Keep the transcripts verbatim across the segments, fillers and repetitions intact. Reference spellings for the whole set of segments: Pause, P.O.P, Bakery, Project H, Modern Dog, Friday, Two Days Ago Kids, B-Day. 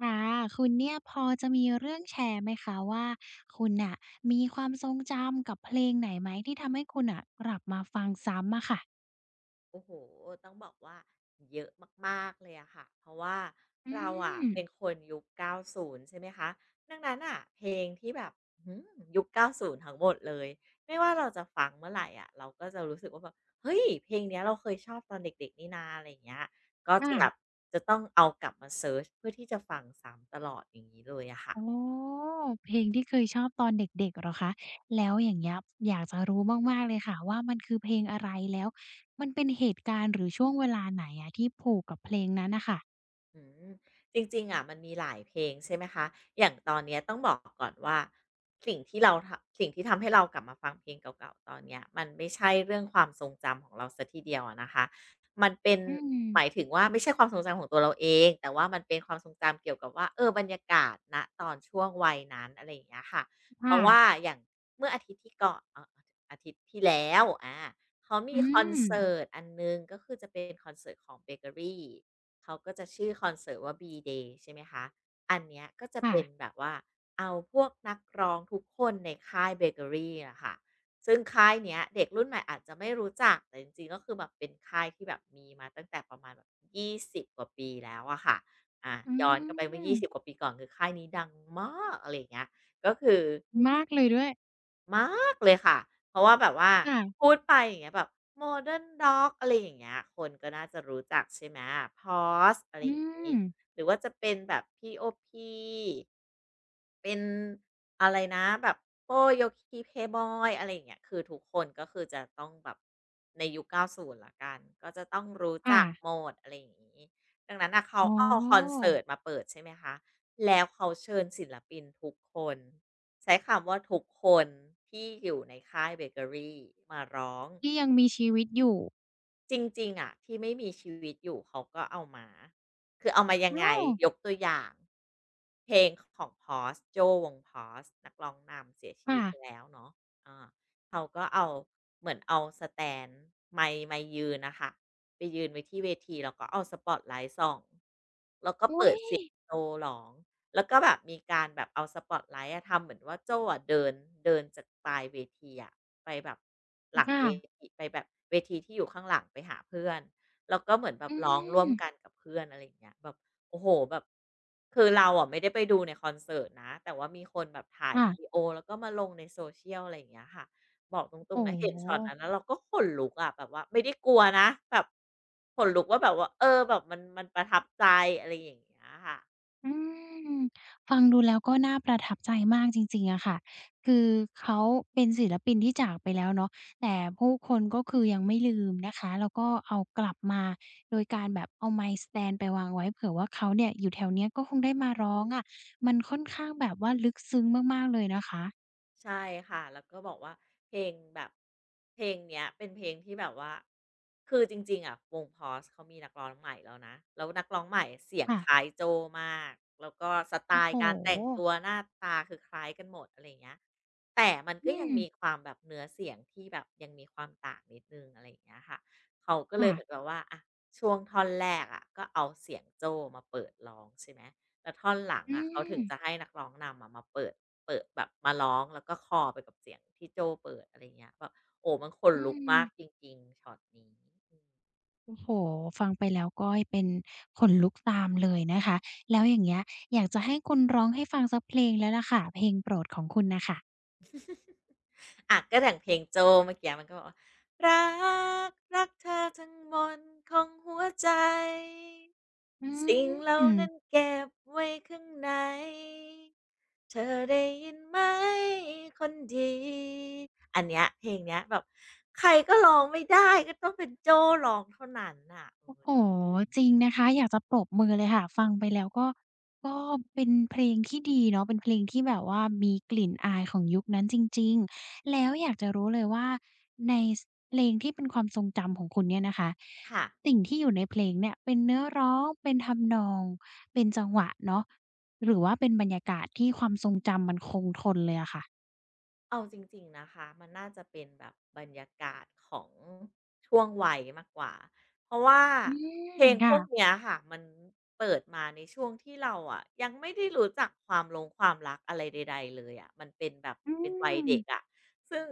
ค่ะคุณเนี่ยพอจะมีเรื่องแชร์ไหมคะว่าคุณน่ะมีความทรงจำกับเพลงไหนไหมที่ทำให้คุณน่ะกลับมาฟังซ้ำอะค่ะโอ้โห ต้องบอกว่าเยอะมากๆ เลยอะค่ะ เพราะว่าอืเราอะมเป็นคนยุคเก้าสิบใช่ไหมคะดังนั้นอ่ะเพลงที่แบบอื้อฮืยุคเก้าสิบ ทั้งหมดเลย ไม่ว่าเราจะฟังเมื่อไหร่อะเราก็จะรู้สึกว่าแบบเฮ้ยเพลงเนี้ยเราเคยชอบตอนเด็กๆนี่นาอะไรอย่างเงี้ยก็ค่ะจะแบบจะต้องเอากลับมาเซิร์ชเพื่อที่จะฟังซ้ำตลอดอย่างนี้เลยอะค่ะ อ๋อเพลงที่เคยชอบตอนเด็กๆเหรอคะแล้วอย่างเงี้ยอยากจะรู้มากๆเลยค่ะว่ามันคือเพลงอะไรแล้วมันเป็นเหตุการณ์หรือช่วงเวลาไหนอะที่ผูกกับเพลงนั้นน่ะค่ะอืมจริงๆอะมันมีหลายเพลงใช่ไหมคะอย่างตอนเนี้ยต้องบอกก่อนว่าสิ่งที่เราทำสิ่งที่ทำให้เรากลับมาฟังเพลงเก่าๆตอนเนี้ยมันไม่ใช่เรื่องความทรงจำของเราซสทีเดียวอะนะคะมันเป็นอืมหมายถึงว่าไม่ใช่ความทรงจำของตัวเราเองแต่ว่ามันเป็นความทรงจำเกี่ยวกับว่าเออบรรยากาศณตอนช่วงวัยนั้นอะไรอย่างเงี้ยค่ะเพค่ะราะว่าอย่างเมื่ออาทิตย์ที่ก่อนเอ่ออาทิตย์ที่แล้วอาเขาอืมีคอนมเสิร์ตอันหนึ่งก็คือจะเป็นคอนเสิร์ตของเบเกอรี่ เขาก็จะชื่อคอนเสิร์ตว่า B-Day ใช่ไหมคะ อันเนี้ยก็จะค่ะเป็นแบบว่าเอาพวกนักร้องทุกคนในค่ายเบเกอรี่อะค่ะซึ่งค่ายเนี้ยเด็กรุ่นใหม่อาจจะไม่รู้จักแต่จริงๆก็คือแบบเป็นค่ายที่แบบมีมาตั้งแต่ประมาณแบบยี่สิบกว่าปีแล้วอะค่ะ อ่าอืย้อนกลับไปเมื่อมยี่สิบกว่าปีก่อนคือค่ายนี้ดังมากอะไรอย่างเงี้ยก็คือ มากเลยด้วยมากเลยค่ะ เพราะว่าแบบว่าค่ะพูดไปอย่างเงี้ยแบบ Modern Dog อะไรอย่างเงี้ยคนก็น่าจะรู้จักใช่ไหมพอสอะไรอือย่างงี้มหรือว่าจะเป็นแบบ พี โอ.P เป็นอะไรนะแบบโป้โยคีเพย์บอยอะไรอย่างเงี้ยคือทุกคนก็คือจะต้องแบบในยุคเก้าสิบละกันก็จะต้องรู้ค่ะ จักหมดอะไรอย่างงี้ดังนั้นน่ะเขาอ๋อเอาคอนเสิร์ตมาเปิดใช่ไหมคะแล้วเขาเชิญศิลปินทุกคนใช้คำว่าทุกคนที่อยู่ในค่ายเบเกอรี่มาร้อง ที่ยังมีชีวิตอยู่จริงๆอะที่ไม่มีชีวิตอยู่เขาก็เอามาคือเอามายังไงอ้าวยกตัวอย่างเพลงของ Pause โจ้วง Pause นักร้องนำเสียชีวิค่ะตไปแล้วเนาะอ่าเขาก็เอาเหมือนเอาสแตนด์ไมค์ไมค์ยืนน่ะค่ะไปยืนไว้ที่เวทีแล้วก็เอาสปอตไลต์ส่อง อุ๊ยโจหลองแล้วก็แบบมีการแบบเอาสปอตไลท์อะทำเหมือนว่าโจ้อะเดินเดินจากปลายเวทีอะไปแบบหลังค่ะเวทีไปแบบเวทีที่อยู่ข้างหลังไปหาเพื่อนแล้วก็เหมือนแบบอืร้องร่วมกัมนกับเพื่อนอะไรอย่างเงี้ยแบบโอ้โหแบบคือเราอะไม่ได้ไปดูในคอนเสิร์ตนะแต่ว่ามีคนแบบถ่ายวิดีค่ะโอแล้วก็มาลงในโซเชียลอะไรอย่างเงี้ยค่ะบอกตรงโอ้ๆนะเห็โฮนช็อตนั้นแล้วเราก็ขนลุกอะแบบว่าไม่ได้กลัวนะแบบขนลุกว่าแบบว่าเออแบบมันมันประทับใจอะไรอย่างเงี้ยค่ะ อืมฟังดูแล้วก็น่าประทับใจมากจริงๆอะค่ะคือเขาเป็นศิลปินที่จากไปแล้วเนาะแต่ผู้คนก็คือยังไม่ลืมนะคะแล้วก็เอากลับมาโดยการแบบเอาไมค์สแตนด์ไปวางไว้เผื่อว่าเขาเนี่ยอยู่แถวเนี้ยก็คงได้มาร้องอะมันค่อนข้างแบบว่าลึกซึ้งมากๆเลยนะคะใช่ค่ะแล้วก็บอกว่าเพลงแบบเพลงเนี้ยเป็นเพลงที่แบบว่าคือจริงๆอะวง Pause เขามีนักร้องใหม่แล้วนะแล้วนักร้องใหม่เสียงค่ะคล้ายโจ้มากแล้วก็สไตโอ้โฮล์การแต่งตัวหน้าตาคือคล้ายกันหมดอะไรอย่างเงี้ยแต่มันอืก็ยังมมีความแบบเนื้อเสียงที่แบบยังมีความต่างนิดหนึ่งอะไรอย่างเงี้ยค่ะเขาก็เลค่ะ ยเหมือนแบบว่าอะช่วงท่อนแรกอะก็เอาเสียงโจ้มาเปิดร้องใช่ไหมแล้วท่อนหลังอือะเขามถึงจะให้นักร้องนำอะมาเปิด เปิดแบบมาร้องแล้วก็คลอไปกับเสียงที่โจ้เปิดอะไรเงี้ยแบบโอ้มันขนอืลุกมากจมริงๆช็อตนี้อืมโอ้โฮฟังไปแล้วก็เป็นขนลุกตามเลยนะคะ แล้วอย่างเงี้ยอยากจะให้คุณร้องให้ฟังสักเพลงแล้วล่ะค่ะเพลงโปรดของคุณน่ะค่ะอะก็อย่างเพลงโจ้เมื่อกี้มันก็บอกว่ารักรักเธอทั้งมนต์ของหัวใจอืสิ่งเหล่าม นั้นเก็บไว้ข้างในเธอได้ยินไหมคนดีอันเนี้ยเพลงเนี้ยแบบใครก็ร้องไม่ได้ก็ต้องเป็นโจ้ร้องเท่านั้นน่ะเอโอ้อโหจริงจริงนะคะอยากจะปรบมือเลยค่ะฟังไปแล้วก็ก็เป็นเพลงที่ดีเนาะเป็นเพลงที่แบบว่ามีกลิ่นอายของยุคนั้นจริงๆแล้วอยากจะรู้เลยว่าในสเพลงที่เป็นความทรงจำของคุณเนี่ยนะคะค่ะ สิ่งที่อยู่ในเพลงเนี่ยเป็นเนื้อร้องเป็นทำนองเป็นจังหวะเนาะหรือว่าเป็นบรรยากาศที่ความทรงจำมันคงทนเลยอะค่ะเอาจริงๆนะคะมันน่าจะเป็นแบบบรรยากาศของช่วงวัยมากกว่าเพราะว่าอืมเพลงพค่ะวกเนี้ยค่ะมันเปิดมาในช่วงที่เราอ่ะยังไม่ได้รู้จักความลงความรักอะไรใดๆเลยอะมันเป็นแบบอืเป็นวัยมเด็กอะซึ่ง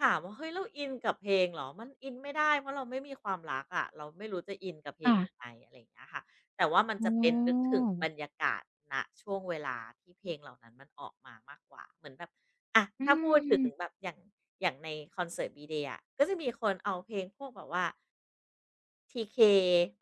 ถามว่าเฮ้ยเราอินกับเพลงเหรอมันอินไม่ได้เพราะเราไม่มีความรักอะเราไม่รู้จะอินกับเพลงยังค่ะไงอะไรอย่างเงี้ยค่ะแต่ว่ามันอ๋จะเป็นนึกอถึงบรรยากาศณช่วงเวลาที่เพลงเหล่านั้นมันออกมามากกว่าเหมือนแบบ อ่ะอืถ้าพูดถึงมแบบอย่างอย่างในคอนเสิร์ตบีเด a y อะก็จะมีคนเอาเพลงพวกแบบว่า ที เค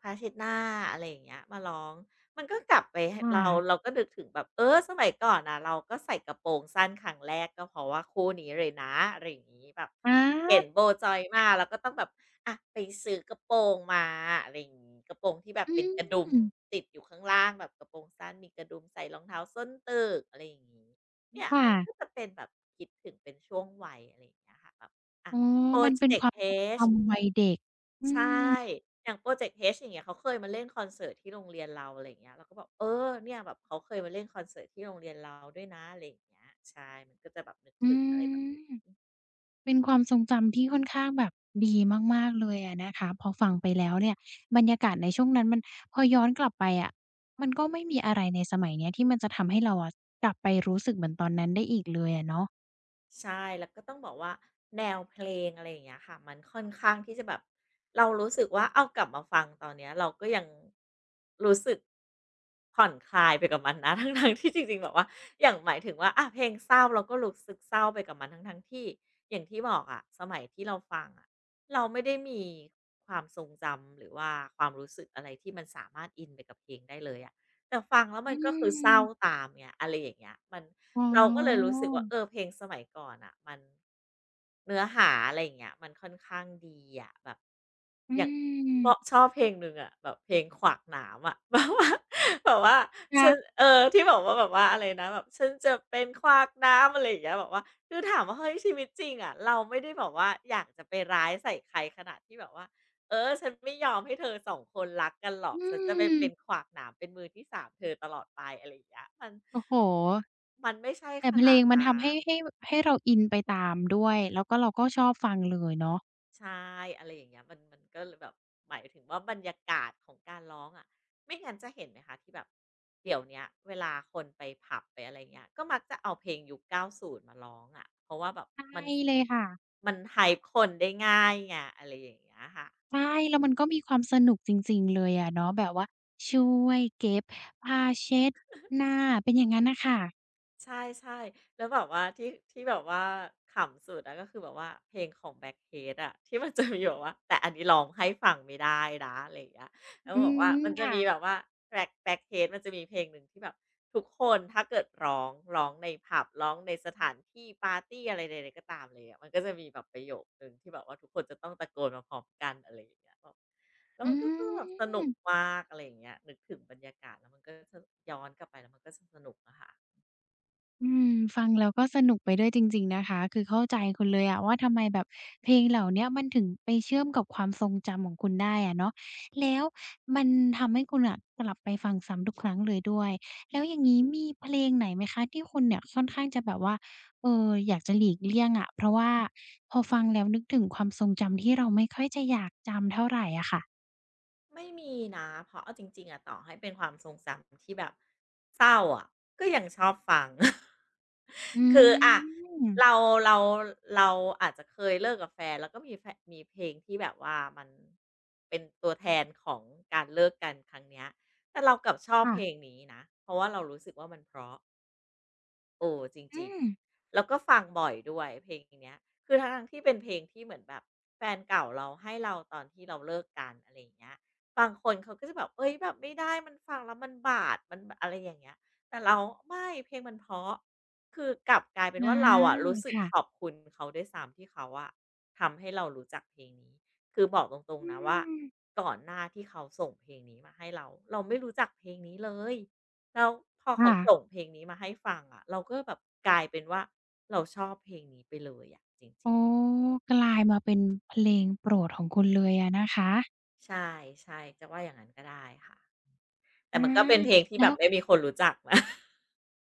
พาเช็ดหน้าอะไรอย่างเงี้ยมาร้องมันก็กลับไปหค่เราะเราก็นึกถึงแบบเออสมัยก่อนน่ะเราก็ใส่กระโปรงสั้นครั้งแรกก็เพราะว่าคู่นี้เลยนะอะไรอย่างงี้แบบอา เห็นโบจอยมาเราก็ต้องแบบอะไปซื้อกระโปรงมาอะไรอย่างงี้กระโปรงที่แบบอืเป็นกระมดุมติดอยู่ข้างล่างแบบกระโปรงสั้นมีกระดุมใส่รองเท้าส้นตึกอะไรอย่างงี้เนี่ยค่ะมันก็จะเป็นแบบคิดถึงเป็นช่วงวัยอะไรอย่างเงี้ยค่ะแบบอะอ๋อพรอมันเป็นเจคกวาต์ มทรง H จำวัยเด็กอืใช่ มอย่างโปรเจกต์ H อย่างเงี้ยเขาเคยมาเล่นคอนเสิร์ตที่โรงเรียนเราอะไรอย่างเงี้ยเราก็บอกเออเนี่ยแบบเขาเคยมาเล่นคอนเสิร์ตที่โรงเรียนเราด้วยนะอะไรอย่างเงี้ยใช่ มันก็จะแบบนึกอืถึงอะไรแบบ มเป็นความทรงจำที่ค่อนข้างแบบดีมากๆเลยอะนะคะพอฟังไปแล้วเนี่ยบรรยากาศในช่วงนั้นมันพอย้อนกลับไปอะมันก็ไม่มีอะไรในสมัยเนี้ยที่มันจะทำให้เราอะกลับไปรู้สึกเหมือนตอนนั้นได้อีกเลยอะเนาะใช่แล้วก็ต้องบอกว่าแนวเพลงอะไรอย่างเงี้ยค่ะมันค่อนข้างที่จะแบบเรารู้สึกว่าเอากลับมาฟังตอนเนี้ยเราก็ยังรู้สึกผ่อนคลายไปกับมันนะทั้งๆที่จริงๆแบบว่าอย่างหมายถึงว่าอะเพลงเศร้าเราก็รู้สึกเศร้าไปกับมันทั้งๆที่อย่างที่บอกอะสมัยที่เราฟังอะเราไม่ได้มีความทรงจำหรือว่าความรู้สึกอะไรที่มันสามารถอินไปกับเพลงได้เลยอะแต่ฟังแล้วอืมันก็คือเศร้ามตามไงอะไรอย่างเงี้ยมัน อ๋อเราก็เลยรู้สึกว่าเออเพลงสมัยก่อนอ่ะมันเนื้อหาอะไรอย่างเงี้ยมันค่อนข้างดีอะแบบอือย่างมเพราะชอบเพลงหนึ่งอะแบบเพลงขวากหนามอะ แบบว่าแบบว่าคะฉันเออที่บอกว่าแบบว่าอะไรนะแบบฉันจะเป็นขวากหนามอะไรอย่างเงี้ยแบบว่าคือถามว่าเฮ้ยชีวิตจริงอะเราไม่ได้แบบว่าอยากจะไปร้ายใส่ใครขนาดที่แบบว่า เออฉันไม่ยอมให้เธอสองคนรักกันหรออืกฉันจะไปมเป็นขวากหนามเป็นมือที่สามเธอตลอดไปอะไรอย่างเงี้ยมันโอ้โฮ มันไม่ใช่แต่ขเพลนางดมันนั้ทำให้นให้ให้เราอินไปตามด้วย แล้วก็เราก็ชอบฟังเลยเนาะใช่อะไรอย่างเงี้ยมันมันก็เลยแบบหมายถึงว่าบรรยากาศของการร้องอะไม่งั้นจะเห็นไหมคะที่แบบเดี๋ยวเนี้ยเวลาคนไปผับไปอะไรเงี้ยก็มักจะเอาเพลงยุคเก้าสิบมาร้องอะเพราะว่าแบบใชมั่นเลยค่ะมัน hype คนได้ง่ายไงอะไรอย่างเงี้ยค่ะ ใช่แล้วมันก็มีความสนุกจริงๆเลยอะเนาะแบบว่าช่วยเก็บผ้าเช็ดหน้าเป็นอย่างงั้นน่ะค่ะใช่ๆแล้วแบบว่าที่ที่แบบว่าขำสุดอะก็คือแบบว่าเพลงของแบ็ c เฮ e t อะที่มันจะมีแบบว่าแต่อันนี้ร้องให้ฟังไม่ได้นะอะไรอย่างเงี้ยแล้วอืบอกว่ามมันจะค่ะมีแบบว่าแบ็ c k b l มันจะมีเพลงหนึ่งที่แบบทุกคนถ้าเกิดร้องร้องในผับร้องในสถานที่ปาร์ตีอะไรใดๆก็ตามเลยอะมันก็จะมีแบบประโยคหนึ่งที่แบบว่าทุกคนจะต้องตะโกนมาพร้อมกันอะไรอย่างเงี้ยแบบแล้วอืมันก็คือแบบสนุกม มากอะไรอย่างเงี้ยนึกถึงบรรยากาศแล้วมันก็จะย้อนกลับไปแล้วมันก็จะสนุกอะค่ะ อืมฟังแล้วก็สนุกไปด้วยจริงๆนะคะ คือเข้าใจคุณเลยอะว่าทำไมแบบเพลงเหล่าเนี้ยมันถึงไปเชื่อมกับความทรงจำของคุณได้อะเนาะแล้วมันทำให้คุณน่ะกลับไปฟังซ้ำทุกครั้งเลยด้วย แล้วอย่างงี้มีเพลงไหนไหมคะที่คุณเนี่ยค่อนข้างจะแบบว่าเอ่ออยากจะหลีกเลี่ยงอะเพราะว่าพอฟังแล้วนึกถึงความทรงจำที่เราไม่ค่อยจะอยากจำเท่าไรอะค่ะไม่มีนะเพราะเอาจริงๆอะต่อให้เป็นความทรงจำที่แบบเศร้าอะก็ยังชอบฟัง อ คือือะมเราเราเราอาจจะเคยเลิกกับแฟนแล้วก็มีแฟะมีเพลงที่แบบว่ามันเป็นตัวแทนของการเลิกกันครั้งเนี้ยแต่เรากลับชอบค่ะเพลงนี้นะเพราะว่าเรารู้สึกว่ามันเพราะ โอ้จอืริงมๆแล้วก็ฟังบ่อยด้วยเพลงเนี้ยคือทั้งๆที่เป็นเพลงที่เหมือนแบบแฟนเก่าเราให้เราตอนที่เราเลิกกันอะไรอย่างเงี้ยบางคนเขาก็จะแบบเฮ้ยแบบไม่ได้มันฟังแล้วมันบาดมันบอะไรอย่างเงี้ยแต่เราไม่เพลงมันเพราะคือกลับกลายเป็นอาว่าเราอะรู้สึกค่ะขอบคุณเขาด้วยซ้ำที่เขาอะทำให้เรารู้จักเพลงนี้คือบอกตรงอืๆนะว่ามก่อนหน้าที่เขาส่งเพลงนี้มาให้เราเราไม่รู้จักเพลงนี้เลย แล้วพอเขาส่งค่ะ เพลงนี้มาให้ฟังอะเราก็แบบกลายเป็นว่าเราชอบเพลงนี้ไปเลยอะจอ๋ริองกลายมาเป็นเพลงโปรดของคุณเลยอะนะคะๆใช่ๆจะว่าอย่างนั้นก็ได้ค่ะแต่อามันก็เป็นเพลงที่แล้แบวบไม่มีคนรู้จักนะ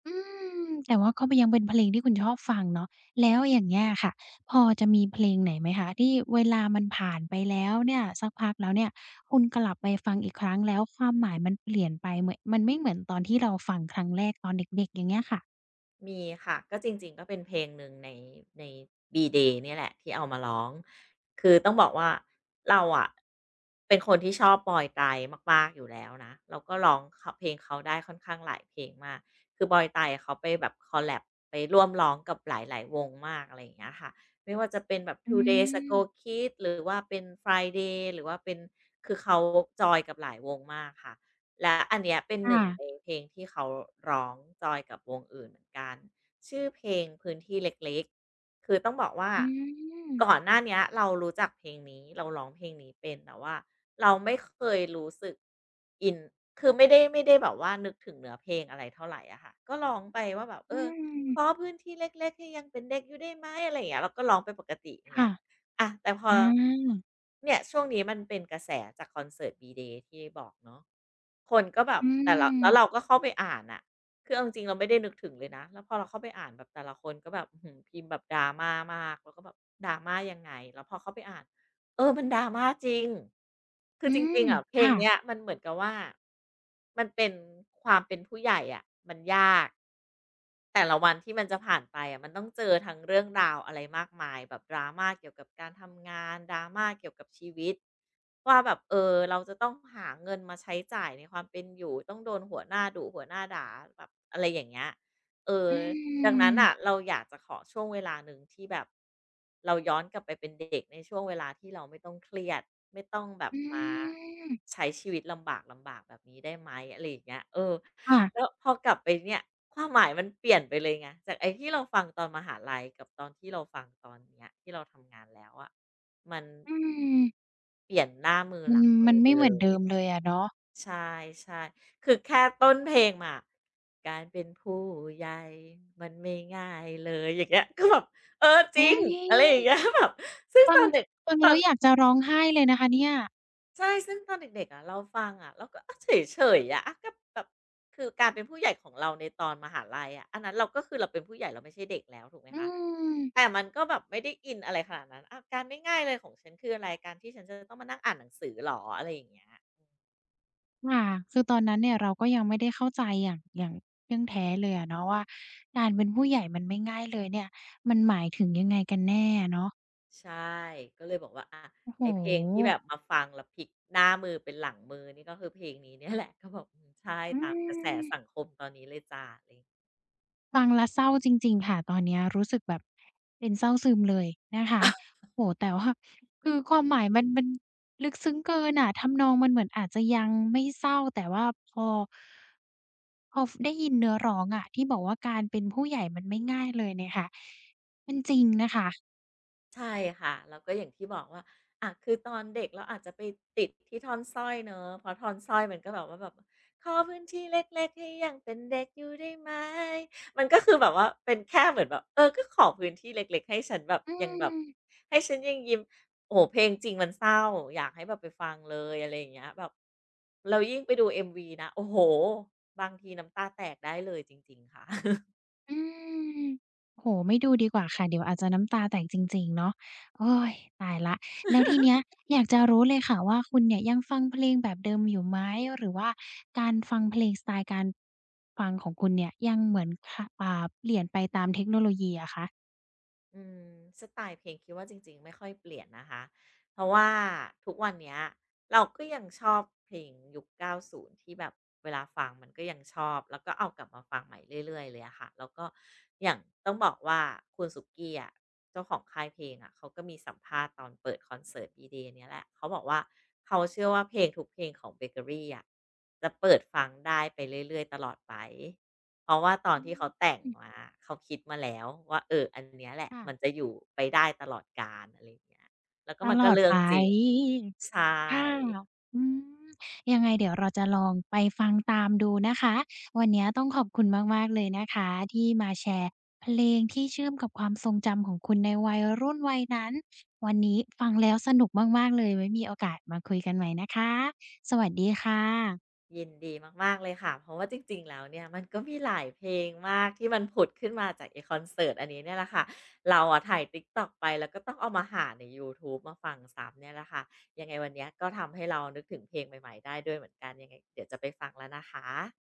อืมแต่ว่าก็ยังเป็นเพลงที่คุณชอบฟังเนาะแล้วอย่างเงี้ยค่ะพอจะมีเพลงไหนไหมคะที่เวลามันผ่านไปแล้วเนี่ยสักพักแล้วเนี่ยคุณกลับไปฟังอีกครั้งแล้วความหมายมันเปลี่ยนไปเหมือนมันไม่เหมือนตอนที่เราฟังครั้งแรกตอนเด็กๆอย่างเงี้ยค่ะมีค่ะก็จริงๆก็เป็นเพลงหนึ่งในใน B-Day เนี่ยแหละที่เอามาร้องคือต้องบอกว่าเราอะเป็นคนที่ชอบบอยไตรมากๆอยู่แล้วนะเราก็ร้องคเพลงเขาได้ค่อนข้างหลายเพลงมากคือบอยไตรเขาไปแบบคอลแลบไปร่วมร้องกับหลายๆวงมากอะไรอย่างเงี้ยค่ะไม่ว่าจะเป็นแบบ อื Two Days ม Ago Kids หรือว่าเป็น Friday หรือว่าเป็นคือเขาจอยกับหลายวงมากค่ะ และอันเนี้ยเป็นค่ะหนึ่งในเพลงที่เขาร้องจอยกับวงอื่นเหมือนกันชื่อเพลงพื้นที่เล็กๆคือต้องบอกว่าอืมก่อนหน้าเนี้ยเรารู้จักเพลงนี้เราร้องเพลงนี้เป็นแต่ว่าเราไม่เคยรู้สึกอินคือไม่ได้ไม่ได้แบบว่านึกถึงเนื้อเพลงอะไรเท่าไหรอะค่ะก็ร้องไปว่าแบบเออือมขอพื้นที่เล็กๆให้ยังเป็นเด็กอยู่ได้ไหมอะไรอย่างเงี้ยเราก็ร้องไปปกติอย่างเงี้ค่ะย อะแต่พออาเนี่ยช่วงนี้มันเป็นกระแสจากคอนเสิร์ต B-Day ที่บอกเนาะคนก็แบบอืแต่ละมแล้วเราก็เข้าไปอ่านน่ะคือเอาจริงๆเราไม่ได้นึกถึงเลยนะแล้วพอเราเข้าไปอ่านแบบแต่ละคนก็แบบอื้อฮือพิมพ์แบบ drama มากเราก็แบบ drama ยังไงแล้วพอเข้าไปอ่าน เออ มันดราม่าจริง คืออืจริมงๆอะเพลงค่ะเนี้ยมันเหมือนกับว่ามันเป็นความเป็นผู้ใหญ่อะมันยากแต่ละวันที่มันจะผ่านไปอะมันต้องเจอทั้งเรื่องราวอะไรมากมายแบบ drama เกี่ยวกับการทำงาน drama เกี่ยวกับชีวิตว่าแบบเออเราจะต้องหาเงินมาใช้จ่ายในความเป็นอยู่ต้องโดนหัวหน้าดุหัวหน้าด่าแบบอะไรอย่างเงี้ยเออ อืดังนั้นอ่ะม เราอยากจะขอช่วงเวลาหนึ่งที่แบบเราย้อนกลับไปเป็นเด็กในช่วงเวลาที่เราไม่ต้องเครียดไม่ต้องแบบอืมามใช้ชีวิตลำบากลำบากแบบนี้ได้ไหมอะไรอย่างเงี้ยเออแล้ค่ะวพอกลับไปเนี่ยความหมายมันเปลี่ยนไปเลยไงจากไอ้ที่เราฟังตอนมหาลัยกับตอนที่เราฟังตอนเนี้ยที่เราทำงานแล้วอะมันอืมเปลี่ยนหน้ามือมัหนลังมืมัอนไปไม่เหเลมือนย เดิมเลยอะเนาะใช่ๆคือแค่ต้นเพลงอะการเป็นผู้ใหญ่มันไม่ง่ายเลยอย่างเงี้ยคือแบบเออจอุ๊ริงยอะไรอย่างเงี้ย แบบซึ่งฟัตงอนเด็กฟังตอแล้วนอยากจะร้องไห้เลยนะคะเนี่ยใช่ซึ่งตอนเด็กๆอะเราฟังอะเราก็อาเฉยๆอะก็แบบคือการเป็นผู้ใหญ่ของเราในตอนมหาลัยอะอันนั้นเราก็คือเราเป็นผู้ใหญ่เราไม่ใช่เด็กแล้วถูกไหมอืคะมแต่มันก็แบบไม่ได้อินอะไรขนาดนั้นอาการไม่ง่ายเลยของฉันคืออะไรการที่ฉันจะต้องมานั่งอ่านหนังสือเหรออะไรอย่างเงี้ย ค่ะคือตอนนั้นเนี่ยเราก็ยังไม่ได้เข้าใจอย่างอย่างเที่ยงแท้เลยอะเนาะว่าการเป็นผู้ใหญ่มันไม่ง่ายเลยเนี่ยมันหมายถึงยังไงกันแน่อะเนาะใช่ก็เลยบอกว่าอะโอ้โฮไอ้เพลงที่แบบมาฟังแล้วพลิกหน้ามือเป็นหลังมือนี่ก็คือเพลงนี้เนี่ยแหละก็บอกอืมใช่อืตามกระแสม สังคมตอนนี้เลยจ้ะอะไร ฟังแล้วเศร้าจริงๆค่ะตอนเนี้ยรู้สึกแบบเป็นเศร้าซึมเลยนะคะโอ้โฮแต่ว่าคือความหมายมันมันลึกซึ้งเกินอะทำนองมันเหมือนอาจจะยังไม่เศร้าแต่ว่าพอพอฟได้ยินเนื้อร้องอะที่บอกว่าการเป็นผู้ใหญ่มันไม่ง่ายเลยเนี่ยค่ะมันจริงนะคะใช่ค่ะแล้วก็อย่างที่บอกว่าอะคือตอนเด็กเราอาจจะไปติดที่ท่อนสร้อยเนอะเพราะท่อนสร้อยมันก็แบบว่าแบบขอพื้นที่เล็กๆให้ยังเป็นเด็กอยู่ได้ไหมมันก็คือแบบว่าเป็นแค่เหมือนแบบเออก็ขอพื้นที่เล็กๆให้ฉันแบบอืยังแบบม ให้ฉันยังยิ้มโอ้โฮเพลงจริงมันเศร้าอยากให้แบบไปฟังเลยอะไรอย่างเงี้ยแบบแล้วยิ่งไปดู เอ็ม วี นะโอ้โฮบางทีน้ำตาแตกได้เลยจริงๆค่ะ อืมโอ้โไม่ดูดีกว่าค่ะ เดี๋ยวอาจจะน้ำตาแตกจริงๆ เนาะโอ๊ยตายแล้วแล้วทีเนี้ยอยากจะรู้เลยค่ะว่าคุณเนี่ยยังฟังเพลงแบบเดิมอยู่ไหม หรือว่าการฟังเพลงสไตล์การฟังของคุณเนี่ยยังเหมือนคะอ่าเปลี่ยนไปตามเทคโนโลยีอะคะอืมสไตล์เพลงคิดว่าจริงๆไม่ค่อยเปลี่ยนนะคะเพราะว่าทุกวันเนี้ยเราก็ยังชอบเพลงยุคเก้าสิบที่แบบเวลาฟังมันก็ยังชอบแล้วก็เอากลับมาฟังใหม่เรื่อยๆเลยอะค่ะแล้วก็อย่างต้องบอกว่าคุณสุกี้อะเจ้าของค่ายเพลงอะเขาก็มีสัมภาษณ์ตอนเปิดคอนเสิร์ต B-Day เนี่ยแหละเขาบอกว่าเขาเชื่อว่าเพลงทุกเพลงของเบเกอรี่อะจะเปิดฟังได้ไปเรื่อยๆตลอดไป เพราะว่าตอนอืที่เขามแต่งมาเขาคิดมาแล้วว่าเอออันเนี้ยแหละมันค่ะจะอยู่ไปได้ตลอดกาลอะไรอย่างเงี้ยแล้วก็ตมันลก็อดเรื่อไป งจริงใช่ค่ะอืมยังไงเดี๋ยวเราจะลองไปฟังตามดูนะคะวันเนี้ยต้องขอบคุณมากๆเลยนะคะที่มาแชร์เพลงที่เชื่อมกับความทรงจำของคุณในวัยรุ่นวัยนั้นวันนี้ฟังแล้วสนุกมากๆเลยไว้มีโอกาสมาคุยกันใหม่นะคะสวัสดีค่ะยินดีมากๆเลยค่ะเพราะว่าจริงๆแล้วเนี่ยมันก็มีหลายเพลงมากที่มันผุดขึ้นมาจากไอ้คอนเสิร์ตอันนี้เนี่ยแหละค่ะเราอะถ่าย TikTok ไปแล้วก็ต้องเอามาหาในยูทูบมาฟังซ้ำเนี่ยแหละค่ะยังไงวันเนี้ยก็ทำให้เรานึกถึงเพลงใหม่ๆได้ด้วยเหมือนกันยังไงเดี๋ยวจะไปฟังแล้วนะคะ